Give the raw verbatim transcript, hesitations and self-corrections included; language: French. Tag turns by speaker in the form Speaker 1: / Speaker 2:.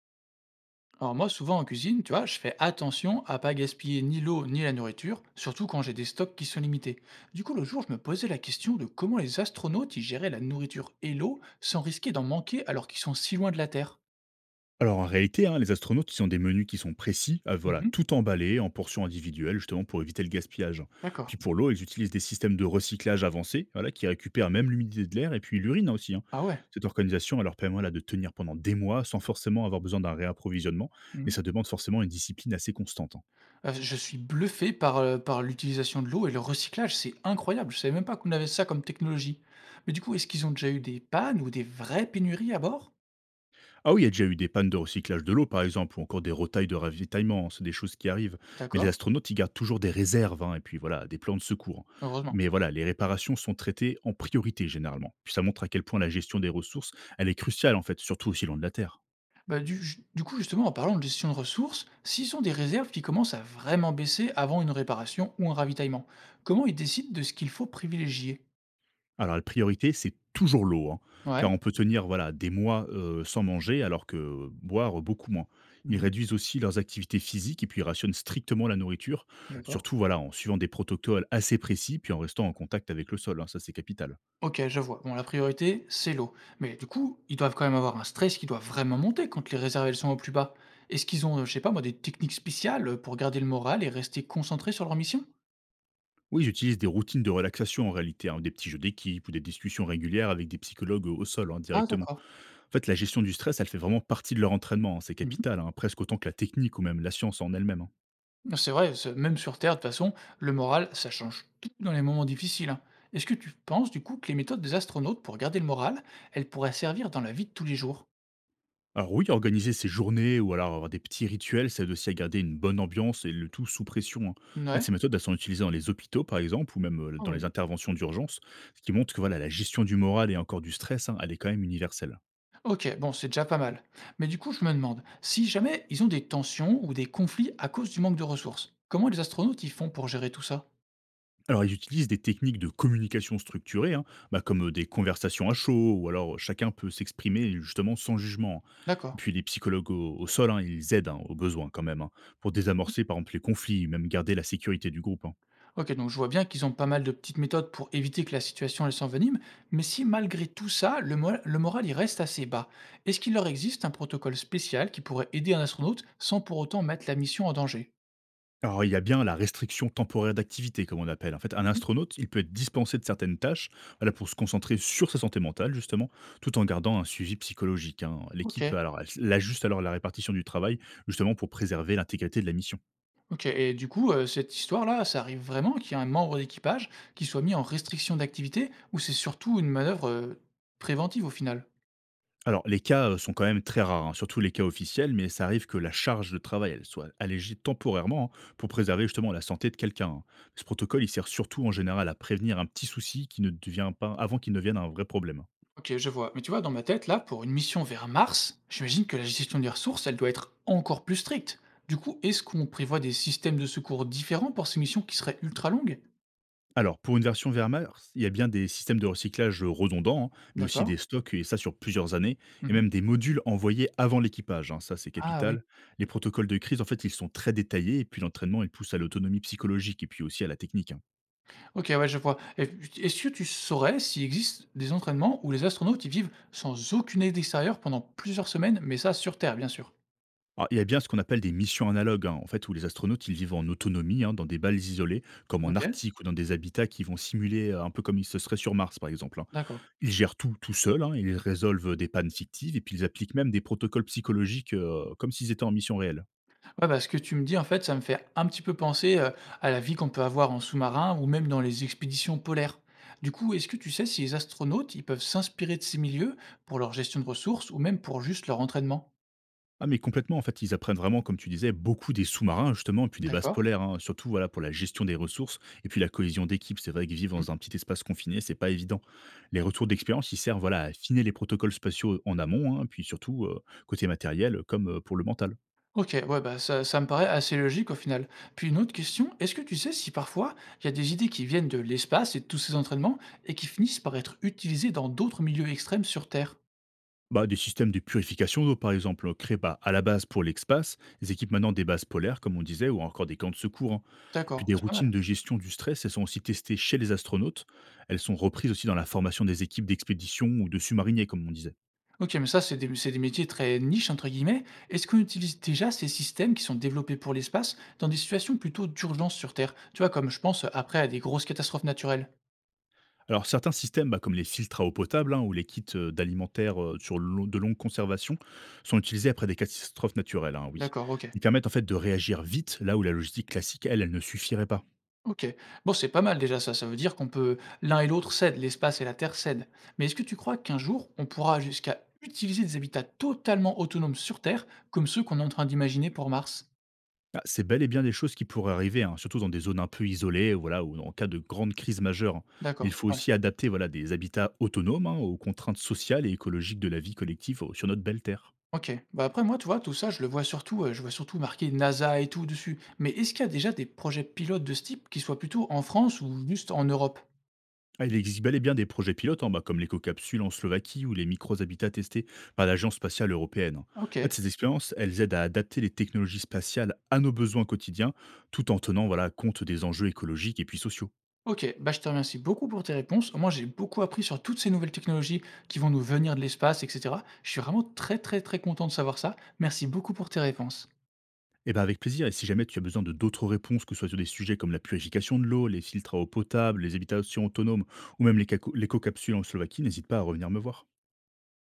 Speaker 1: Alors moi, souvent en cuisine, tu vois, je fais attention à pas gaspiller ni l'eau ni la nourriture, surtout quand j'ai des stocks qui sont limités. Du coup, le jour, je me posais la question de comment les astronautes y géraient la nourriture et l'eau sans risquer d'en manquer alors qu'ils sont si loin de la Terre.
Speaker 2: Alors en réalité, hein, les astronautes, ils ont des menus qui sont précis, euh, voilà,
Speaker 1: Mhm.
Speaker 2: tout emballé en portions individuelles, justement pour éviter le gaspillage.
Speaker 1: D'accord.
Speaker 2: Puis pour l'eau, ils utilisent des systèmes de recyclage avancés, voilà, qui récupèrent même l'humidité de l'air et puis l'urine, hein, aussi. Hein.
Speaker 1: Ah ouais.
Speaker 2: Cette organisation, elle leur permet voilà, de tenir pendant des mois sans forcément avoir besoin d'un réapprovisionnement, mais
Speaker 1: Mhm.
Speaker 2: ça demande forcément une discipline assez constante. Hein.
Speaker 1: Euh, je suis bluffé par, euh, par l'utilisation de l'eau et le recyclage, c'est incroyable. Je savais même pas qu'on avait ça comme technologie. Mais du coup, est-ce qu'ils ont déjà eu des pannes ou des vraies pénuries à bord?
Speaker 2: Ah oui, il y a déjà eu des pannes de recyclage de l'eau, par exemple, ou encore des retailles de ravitaillement, hein, c'est des choses qui arrivent. Mais les
Speaker 1: D'accord.
Speaker 2: astronautes, ils gardent toujours des réserves, hein, et puis voilà, des plans de secours. Hein.
Speaker 1: Heureusement.
Speaker 2: Mais voilà, les réparations sont traitées en priorité, généralement. Puis ça montre à quel point la gestion des ressources, elle est cruciale, en fait, surtout aussi loin de la Terre.
Speaker 1: Bah, du du coup, justement, en parlant de gestion de ressources, s'ils ont des réserves qui commencent à vraiment baisser avant une réparation ou un ravitaillement, comment ils décident de ce qu'il faut privilégier?
Speaker 2: Alors la priorité, c'est toujours l'eau, hein,
Speaker 1: Ouais.
Speaker 2: car on peut tenir voilà des mois euh, sans manger, alors que euh, boire euh, beaucoup moins. Ils
Speaker 1: Mmh.
Speaker 2: réduisent aussi leurs activités physiques et puis ils rationnent strictement la nourriture,
Speaker 1: D'accord.
Speaker 2: surtout voilà en suivant des protocoles assez précis, puis en restant en contact avec le sol. Hein, ça, c'est capital.
Speaker 1: OK, je vois. Bon, la priorité, c'est l'eau. Mais du coup, ils doivent quand même avoir un stress qui doit vraiment monter quand les réserves, elles sont au plus bas. Est-ce qu'ils ont, heu, je sais pas moi, des techniques spéciales, pour garder le moral et rester concentrés sur leur mission?
Speaker 2: Oui, j'utilise des routines de relaxation en réalité, hein, des petits jeux d'équipe ou des discussions régulières avec des psychologues au au sol, hein,
Speaker 1: Ah
Speaker 2: directement.
Speaker 1: d'accord.
Speaker 2: En fait, la gestion du stress, elle fait vraiment partie de leur entraînement. Hein, c'est
Speaker 1: Mmh.
Speaker 2: capital, hein, presque autant que la technique ou même la science en elle-même. Hein.
Speaker 1: C'est vrai, ce- même sur Terre, de toute façon, le moral, ça change tout dans les moments difficiles, hein. Est-ce que tu penses, du coup, que les méthodes des astronautes pour garder le moral, elles pourraient servir dans la vie de tous les jours?
Speaker 2: Alors oui, organiser ses journées ou alors avoir des petits rituels, ça aide aussi à garder une bonne ambiance et le tout sous pression. Hein. En fait, ces
Speaker 1: Ouais.
Speaker 2: méthodes, elles sont utilisées dans les hôpitaux, par exemple, ou même euh,
Speaker 1: Ah
Speaker 2: dans
Speaker 1: ouais.
Speaker 2: les interventions d'urgence, ce qui montre que voilà, la gestion du moral et encore du stress, hein, elle est quand même universelle.
Speaker 1: Ok, bon, c'est déjà pas mal. Mais du coup, je me demande, si jamais ils ont des tensions ou des conflits à cause du manque de ressources, comment les astronautes y font pour gérer tout ça?
Speaker 2: Alors, ils utilisent des techniques de communication structurée, hein, bah, comme euh, des conversations à chaud, ou alors euh, chacun peut s'exprimer justement sans jugement. Hein.
Speaker 1: D'accord.
Speaker 2: Et puis les psychologues au, au sol, hein, ils aident, hein, aux besoins quand même, hein, pour désamorcer par exemple les conflits, même garder la sécurité du groupe. Hein.
Speaker 1: Ok, donc je vois bien qu'ils ont pas mal de petites méthodes pour éviter que la situation elle s'envenime, mais si malgré tout ça, le, mo- le moral il reste assez bas, est-ce qu'il leur existe un protocole spécial qui pourrait aider un astronaute sans pour autant mettre la mission en danger?
Speaker 2: Alors, il y a bien la restriction temporaire d'activité, comme on appelle. En fait, un
Speaker 1: Mhm.
Speaker 2: astronaute, il peut être dispensé de certaines tâches voilà, pour se concentrer sur sa santé mentale, justement, tout en gardant un suivi psychologique. Hein.
Speaker 1: Ok,
Speaker 2: L'équipe, alors, elle, elle ajuste alors la répartition du travail, justement, pour préserver l'intégrité de la mission.
Speaker 1: ok. Et du coup, euh, cette histoire-là, ça arrive vraiment qu'il y ait un membre d'équipage qui soit mis en restriction d'activité ou c'est surtout une manœuvre euh, préventive au final?
Speaker 2: Alors, les cas euh, sont quand même très rares, hein, surtout les cas officiels, mais ça arrive que la charge de travail, elle soit allégée temporairement, hein, pour préserver justement la santé de quelqu'un. Hein. Ce protocole, il sert surtout en général à prévenir un petit souci qui ne devient pas, avant qu'il ne devienne un vrai problème.
Speaker 1: Ok, je vois. Mais tu vois, dans ma tête, là, pour une mission vers Mars, j'imagine que la gestion des ressources, elle doit être encore plus stricte. Du coup, est-ce qu'on prévoit des systèmes de secours différents pour ces missions qui seraient ultra longues?
Speaker 2: Alors, pour une version Vermars, il y a bien des systèmes de recyclage euh, redondants, hein, mais aussi
Speaker 1: D'accord.
Speaker 2: des stocks, et ça sur plusieurs années, et
Speaker 1: Mhm.
Speaker 2: même des modules envoyés avant l'équipage, hein, ça c'est
Speaker 1: Ah oui.
Speaker 2: capital. Les protocoles de crise, en fait, ils sont très détaillés, et puis l'entraînement, il pousse à l'autonomie psychologique, et puis aussi à la technique. Hein.
Speaker 1: Ok, ouais, je vois. Et puis, est-ce que tu saurais s'il existe des entraînements où les astronautes y vivent sans aucune aide extérieure pendant plusieurs semaines, mais ça sur Terre, bien sûr?
Speaker 2: Alors, il y a bien ce qu'on appelle des missions analogues, hein, en fait, où les astronautes, ils vivent en autonomie, hein, dans des balles isolées, comme en
Speaker 1: Ok,
Speaker 2: Arctique ou dans des habitats qui vont simuler euh, un peu comme ils se seraient sur Mars, par exemple. Hein.
Speaker 1: d'accord.
Speaker 2: Ils gèrent tout tout seuls, hein, ils résolvent euh, des pannes fictives, et puis ils appliquent même des protocoles psychologiques euh, comme s'ils étaient en mission réelle.
Speaker 1: Ouais, bah, ce que tu me dis, en fait, ça me fait un petit peu penser, heu, à la vie qu'on peut avoir en sous-marin ou même dans les expéditions polaires. Du coup, est-ce que tu sais si les astronautes, ils peuvent s'inspirer de ces milieux pour leur gestion de ressources ou même pour juste leur entraînement?
Speaker 2: Ah mais complètement, en fait, ils apprennent vraiment, comme tu disais, beaucoup des sous-marins justement et puis des bases
Speaker 1: D'accord.
Speaker 2: polaires, hein, surtout voilà pour la gestion des ressources et puis la cohésion d'équipe. C'est vrai que vivre
Speaker 1: Mmh.
Speaker 2: dans un petit espace confiné, c'est pas évident. Les retours d'expérience, ils servent voilà à affiner les protocoles spatiaux en amont, hein, puis surtout euh, côté matériel comme euh, pour le mental.
Speaker 1: OK, ouais, bah, ça ça me paraît assez logique au final. Puis une autre question, est-ce que tu sais si parfois il y a des idées qui viennent de l'espace et de tous ces entraînements et qui finissent par être utilisées dans d'autres milieux extrêmes sur Terre?
Speaker 2: Bah, des systèmes de purification d'eau, par exemple, créés bah, à la base pour l'espace, ils équipent maintenant des bases polaires, comme on disait, ou encore des camps de secours. Hein.
Speaker 1: D'accord,
Speaker 2: Puis des
Speaker 1: bah, c'est pas mal.
Speaker 2: routines de gestion du stress, elles sont aussi testées chez les astronautes. Elles sont reprises aussi dans la formation des équipes d'expédition ou de sous-mariniers, comme on disait.
Speaker 1: OK, mais ça, c'est des c'est des métiers très «niches» entre guillemets. Est-ce qu'on utilise déjà ces systèmes qui sont développés pour l'espace dans des situations plutôt d'urgence sur Terre? Tu vois, comme je pense, heu, après à des grosses catastrophes naturelles?
Speaker 2: Alors certains systèmes, bah, comme les filtres à eau potable, hein, ou les kits euh, d'alimentaires euh, sur lo- de longue conservation, sont utilisés après des catastrophes naturelles, hein, oui.
Speaker 1: D'accord, OK.
Speaker 2: Ils permettent en fait de réagir vite là où la logistique classique, elle, elle ne suffirait pas.
Speaker 1: OK. Bon, c'est pas mal déjà ça, ça veut dire qu'on peut l'un et l'autre s'aident, l'espace et la Terre cèdent. Mais est-ce que tu crois qu'un jour, on pourra jusqu'à utiliser des habitats totalement autonomes sur Terre, comme ceux qu'on est en train d'imaginer pour Mars?
Speaker 2: Ah, c'est bel et bien des choses qui pourraient arriver, hein, surtout dans des zones un peu isolées, voilà, ou en cas de grande crise majeure. Hein. Mais il
Speaker 1: D'accord,
Speaker 2: faut
Speaker 1: ouais.
Speaker 2: aussi adapter voilà, des habitats autonomes, hein, aux contraintes sociales et écologiques de la vie collective au- sur notre belle Terre.
Speaker 1: OK. Bah, après moi, tu vois, tout ça, je le vois surtout, heu, je vois surtout marqué N A S A et tout dessus. Mais est-ce qu'il y a déjà des projets pilotes de ce type qui soient plutôt en France ou juste en Europe?
Speaker 2: Ah, il existe bel et bien des projets pilotes, hein, bah, comme l'éco-capsule en Slovaquie ou les micro-habitats testés par l'Agence spatiale européenne. Hein. En
Speaker 1: OK,
Speaker 2: fait, ces expériences, elles aident à adapter les technologies spatiales à nos besoins quotidiens, tout en tenant voilà, compte des enjeux écologiques et puis sociaux.
Speaker 1: OK. Bah, je te remercie beaucoup pour tes réponses. Moi, j'ai beaucoup appris sur toutes ces nouvelles technologies qui vont nous venir de l'espace et cetera. Je suis vraiment très, très, très content de savoir ça. Merci beaucoup pour tes réponses.
Speaker 2: Eh ben avec plaisir, et si jamais tu as besoin de d'autres réponses, que ce soit sur des sujets comme la purification de l'eau, les filtres à eau potable, les habitations autonomes ou même les caco- les co-capsules en Slovaquie, n'hésite pas à revenir me voir.